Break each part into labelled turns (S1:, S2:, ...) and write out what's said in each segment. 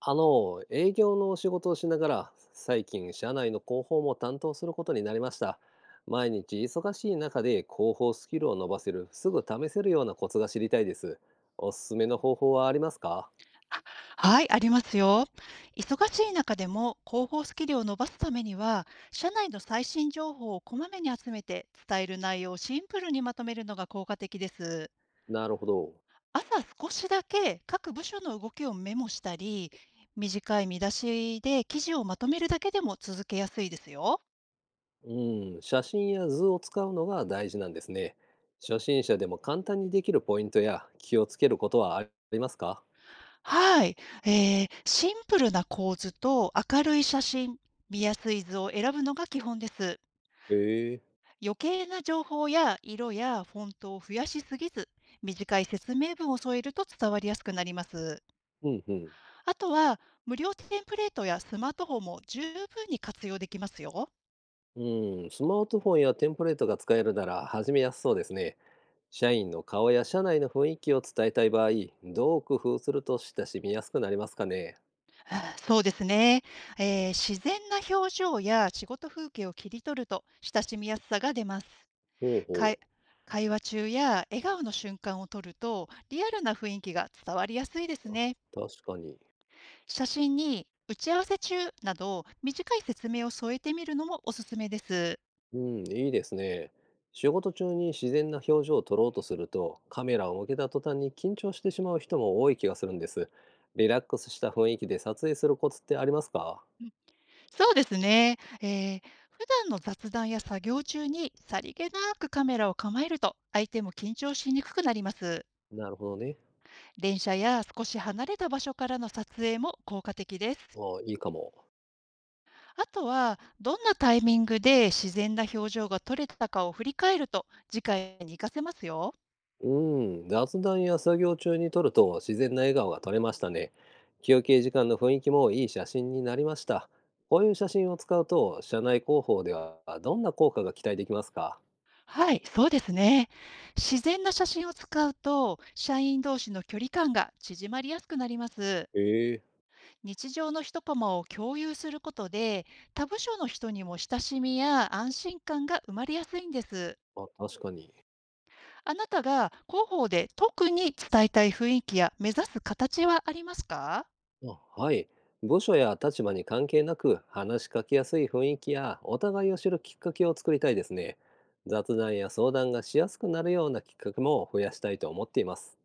S1: 営業の仕事をしながら、最近、社内の広報も担当することになりました。毎日忙しい中で広報スキルを伸ばせる、すぐ試せるようなコツが知りたいです。おすすめの方法はありますか？
S2: あ、はい、ありますよ。忙しい中でも広報スキルを伸ばすためには、社内の最新情報をこまめに集めて、伝える内容をシンプルにまとめるのが効果的です。
S1: なるほど。
S2: 朝少しだけ各部署の動きをメモしたり、短い見出しで記事をまとめるだけでも続けやすいですよ。
S1: うん、写真や図を使うのが大事なんですね。初心者でも簡単にできるポイントや気をつけることはありますか？
S2: はい、シンプルな構図と明るい写真、見やすい図を選ぶのが基本です。
S1: へえ。
S2: 余計な情報や色やフォントを増やしすぎず、短い説明文を添えると伝わりやすくなります。
S1: うんうん。
S2: あとは、無料テンプレートやスマートフォンも十分に活用できますよ。
S1: うん、スマートフォンやテンプレートが使えるなら始めやすそうですね。社員の顔や社内の雰囲気を伝えたい場合、どう工夫すると親しみやすくなりますかね？
S2: そうですね、自然な表情や仕事風景を切り取ると親しみやすさが出ます。
S1: ほうほ
S2: 会会話中や笑顔の瞬間を撮るとリアルな雰囲気が伝わりやすいです
S1: う。あ、
S2: ね。
S1: 確かに。
S2: 写真に打ち合わせ中など短い説明を添えてみるのもおすすめです。
S1: うん、いいですね。仕事中に自然な表情を撮ろうとすると、カメラを向けた途端に緊張してしまう人も多い気がするんです。リラックスした雰囲気で撮影するコツってありますか？
S2: うん、そうですね。普段の雑談や作業中にさりげなくカメラを構えると相手も緊張しにくくなります。
S1: なるほどね。
S2: 電車や少し離れた場所からの撮影も効果的です。
S1: ああ、いいかも。
S2: あとはどんなタイミングで自然な表情が撮れたかを振り返ると次回に活かせますよ。
S1: うん、雑談や作業中に撮ると自然な笑顔が撮れましたね。休憩時間の雰囲気もいい写真になりました。こういう写真を使うと、社内広報ではどんな効果が期待できますか？
S2: はい、そうですね。自然な写真を使うと、社員同士の距離感が縮まりやすくなります。
S1: ええ。
S2: 日常の一コマを共有することで、他部署の人にも親しみや安心感が生まれやすいんです。
S1: あ、確かに。
S2: あなたが広報で特に伝えたい雰囲気や目指す形はありますか？
S1: あ、はい。部署や立場に関係なく話しかけやすい雰囲気やお互いを知るきっかけを作りたいですね。雑談や相談がしやすくなるようなきっかけも増やしたいと思っています。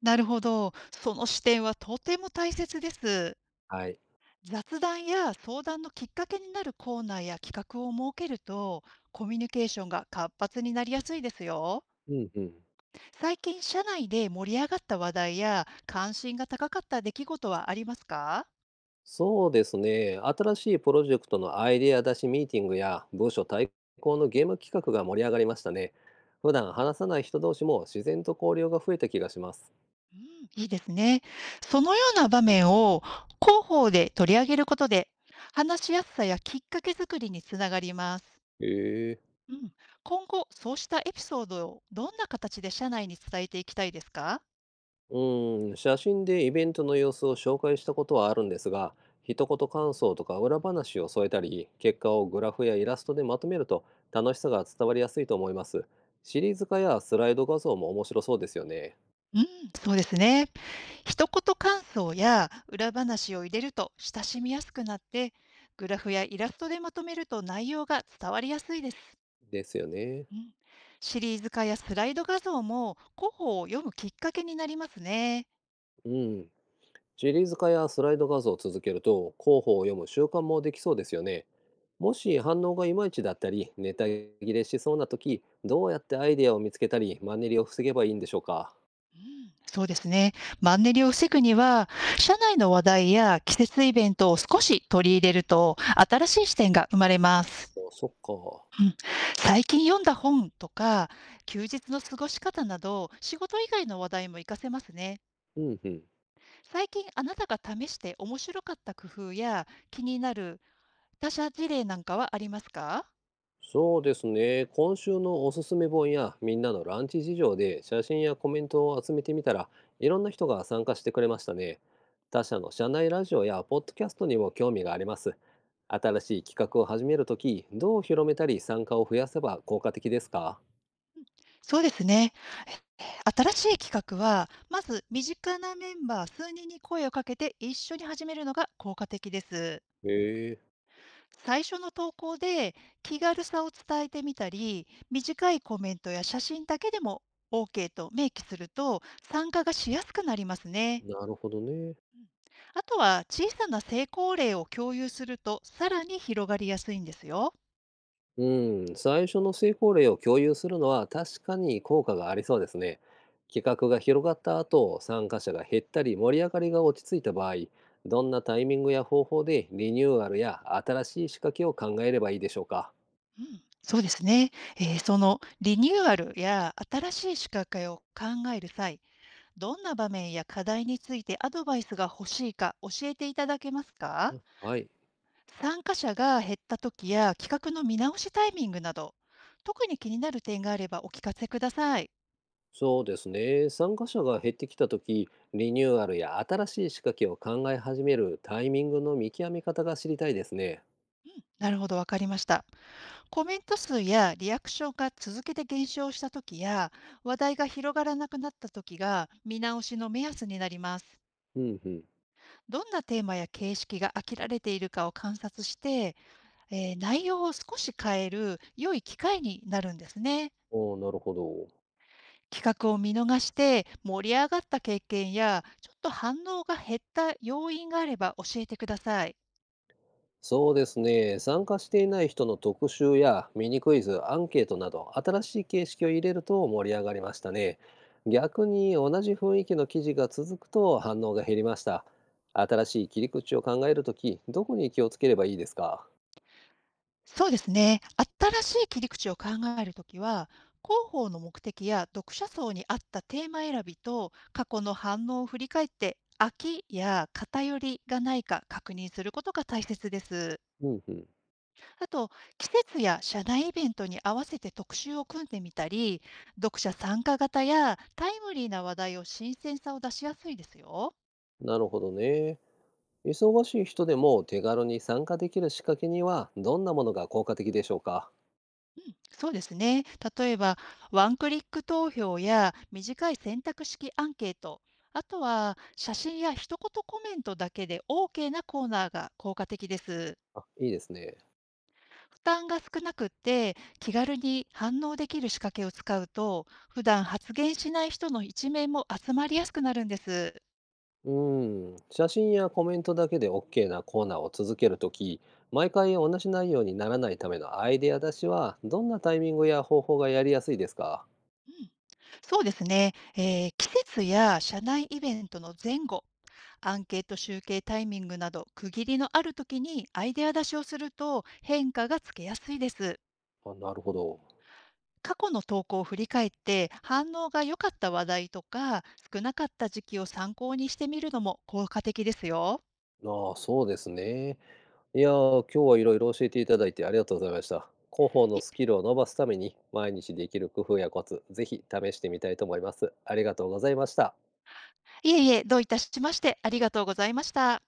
S2: なるほど。その視点はとても大切です。
S1: はい。
S2: 雑談や相談のきっかけになるコーナーや企画を設けると、コミュニケーションが活発になりやすいですよ。
S1: うんうん。
S2: 最近、社内で盛り上がった話題や関心が高かった出来事はありますか？
S1: そうですね。新しいプロジェクトのアイデア出しミーティングや部署対抗のゲーム企画が盛り上がりましたね。普段話さない人同士も自然と交流が増えた気がします。
S2: うん、いいですね。そのような場面を広報で取り上げることで、話しやすさやきっかけ作りにつながります。
S1: へえ。
S2: うん、今後、そうしたエピソードをどんな形で社内に伝えていきたいですか？
S1: うん、写真でイベントの様子を紹介したことはあるんですが、一言感想とか裏話を添えたり、結果をグラフやイラストでまとめると楽しさが伝わりやすいと思います。シリーズ化やスライド画像も面白そうですよね。
S2: うん、そうですね。一言感想や裏話を入れると親しみやすくなって、グラフやイラストでまとめると内容が伝わりやすいです。
S1: ですよね。
S2: うん、シリーズ化やスライド画像も広報を読むきっかけになりますね。
S1: うん。シリーズ化やスライド画像を続けると候補を読む習慣もできそうですよね。もし反応がいまいちだったりネタ切れしそうな時どうやってアイデアを見つけたりマンネリを防げばいいんでしょうか？
S2: うん、そうですね。マンネリを防ぐには、社内の話題や季節イベントを少し取り入れると、新しい視点が生まれます。
S1: あそっか。
S2: うん、最近読んだ本とか、休日の過ごし方など、仕事以外の話題も活かせますね。
S1: うんうん。
S2: 最近あなたが試して面白かった工夫や気になる他社事例なんかはありますか？
S1: そうですね。今週のおすすめ本やみんなのランチ事情で写真やコメントを集めてみたらいろんな人が参加してくれましたね。他社の社内ラジオやポッドキャストにも興味があります。新しい企画を始めるとき、どう広めたり参加を増やせば効果的ですか？
S2: そうですね。え新しい企画は、まず身近なメンバー数人に声をかけて一緒に始めるのが効果的です。
S1: へえ、
S2: 最初の投稿で気軽さを伝えてみたり、短いコメントや写真だけでも OK と明記すると参加がしやすくなりますね。
S1: なるほどね。
S2: うん、あとは小さな成功例を共有するとさらに広がりやすいんですよ。
S1: うん、最初の成功例を共有するのは確かに効果がありそうですね。企画が広がった後、参加者が減ったり盛り上がりが落ち着いた場合、どんなタイミングや方法でリニューアルや新しい仕掛けを考えればいいでしょうか。
S2: うん、そうですね、そのリニューアルや新しい仕掛けを考える際、どんな場面や課題についてアドバイスが欲しいか教えていただけますか？
S1: はい、
S2: 参加者が減った時や企画の見直しタイミングなど、特に気になる点があればお聞かせください。
S1: そうですね。参加者が減ってきた時、リニューアルや新しい仕掛けを考え始めるタイミングの見極め方が知りたいですね。
S2: うん、なるほど、わかりました。コメント数やリアクションが続けて減少した時や、話題が広がらなくなった時が見直しの目安になります。
S1: うんうん。
S2: どんなテーマや形式が飽きられているかを観察して、内容を少し変える良い機会になるんですね。
S1: おーなるほど。
S2: 企画を見逃して盛り上がった経験や、ちょっと反応が減った要因があれば教えてください。
S1: そうですね。参加していない人の特集やミニクイズ、アンケートなど、新しい形式を入れると盛り上がりましたね。逆に同じ雰囲気の記事が続くと反応が減りました。新しい切り口を考えるとき、どこに気をつければいいですか？
S2: そうですね。新しい切り口を考えるときは、広報の目的や読者層に合ったテーマ選びと過去の反応を振り返って、飽きや偏りがないか確認することが大切です。
S1: うんうん。
S2: あと、季節や社内イベントに合わせて特集を組んでみたり、読者参加型やタイムリーな話題を新鮮さを出しやすいですよ。
S1: なるほどね。忙しい人でも手軽に参加できる仕掛けにはどんなものが効果的でしょうか？
S2: うん、そうですね。例えば、ワンクリック投票や短い選択式アンケート、あとは写真や一言コメントだけで OK なコーナーが効果的です。
S1: あ、いいですね。
S2: 負担が少なくって気軽に反応できる仕掛けを使うと、普段発言しない人の一面も集まりやすくなるんです。
S1: うーん、写真やコメントだけで OK なコーナーを続けるとき、毎回同じ内容にならないためのアイデア出しは、どんなタイミングや方法がやりやすいですか？
S2: うん、そうですね、季節や社内イベントの前後アンケート集計タイミングなど区切りのある時にアイデア出しをすると変化がつけやすいです。
S1: あ、なるほど。
S2: 過去の投稿を振り返って反応が良かった話題とか少なかった時期を参考にしてみるのも効果的ですよ。
S1: ああ、そうですね。いやー、今日はいろいろ教えていただいてありがとうございました。広報の
S2: い
S1: スキルを伸ばすために、毎日できる工夫やコツ、ぜひ試してみたいと思います。ありがとうございました。
S2: いえいえ、どういたしましてありがとうございました。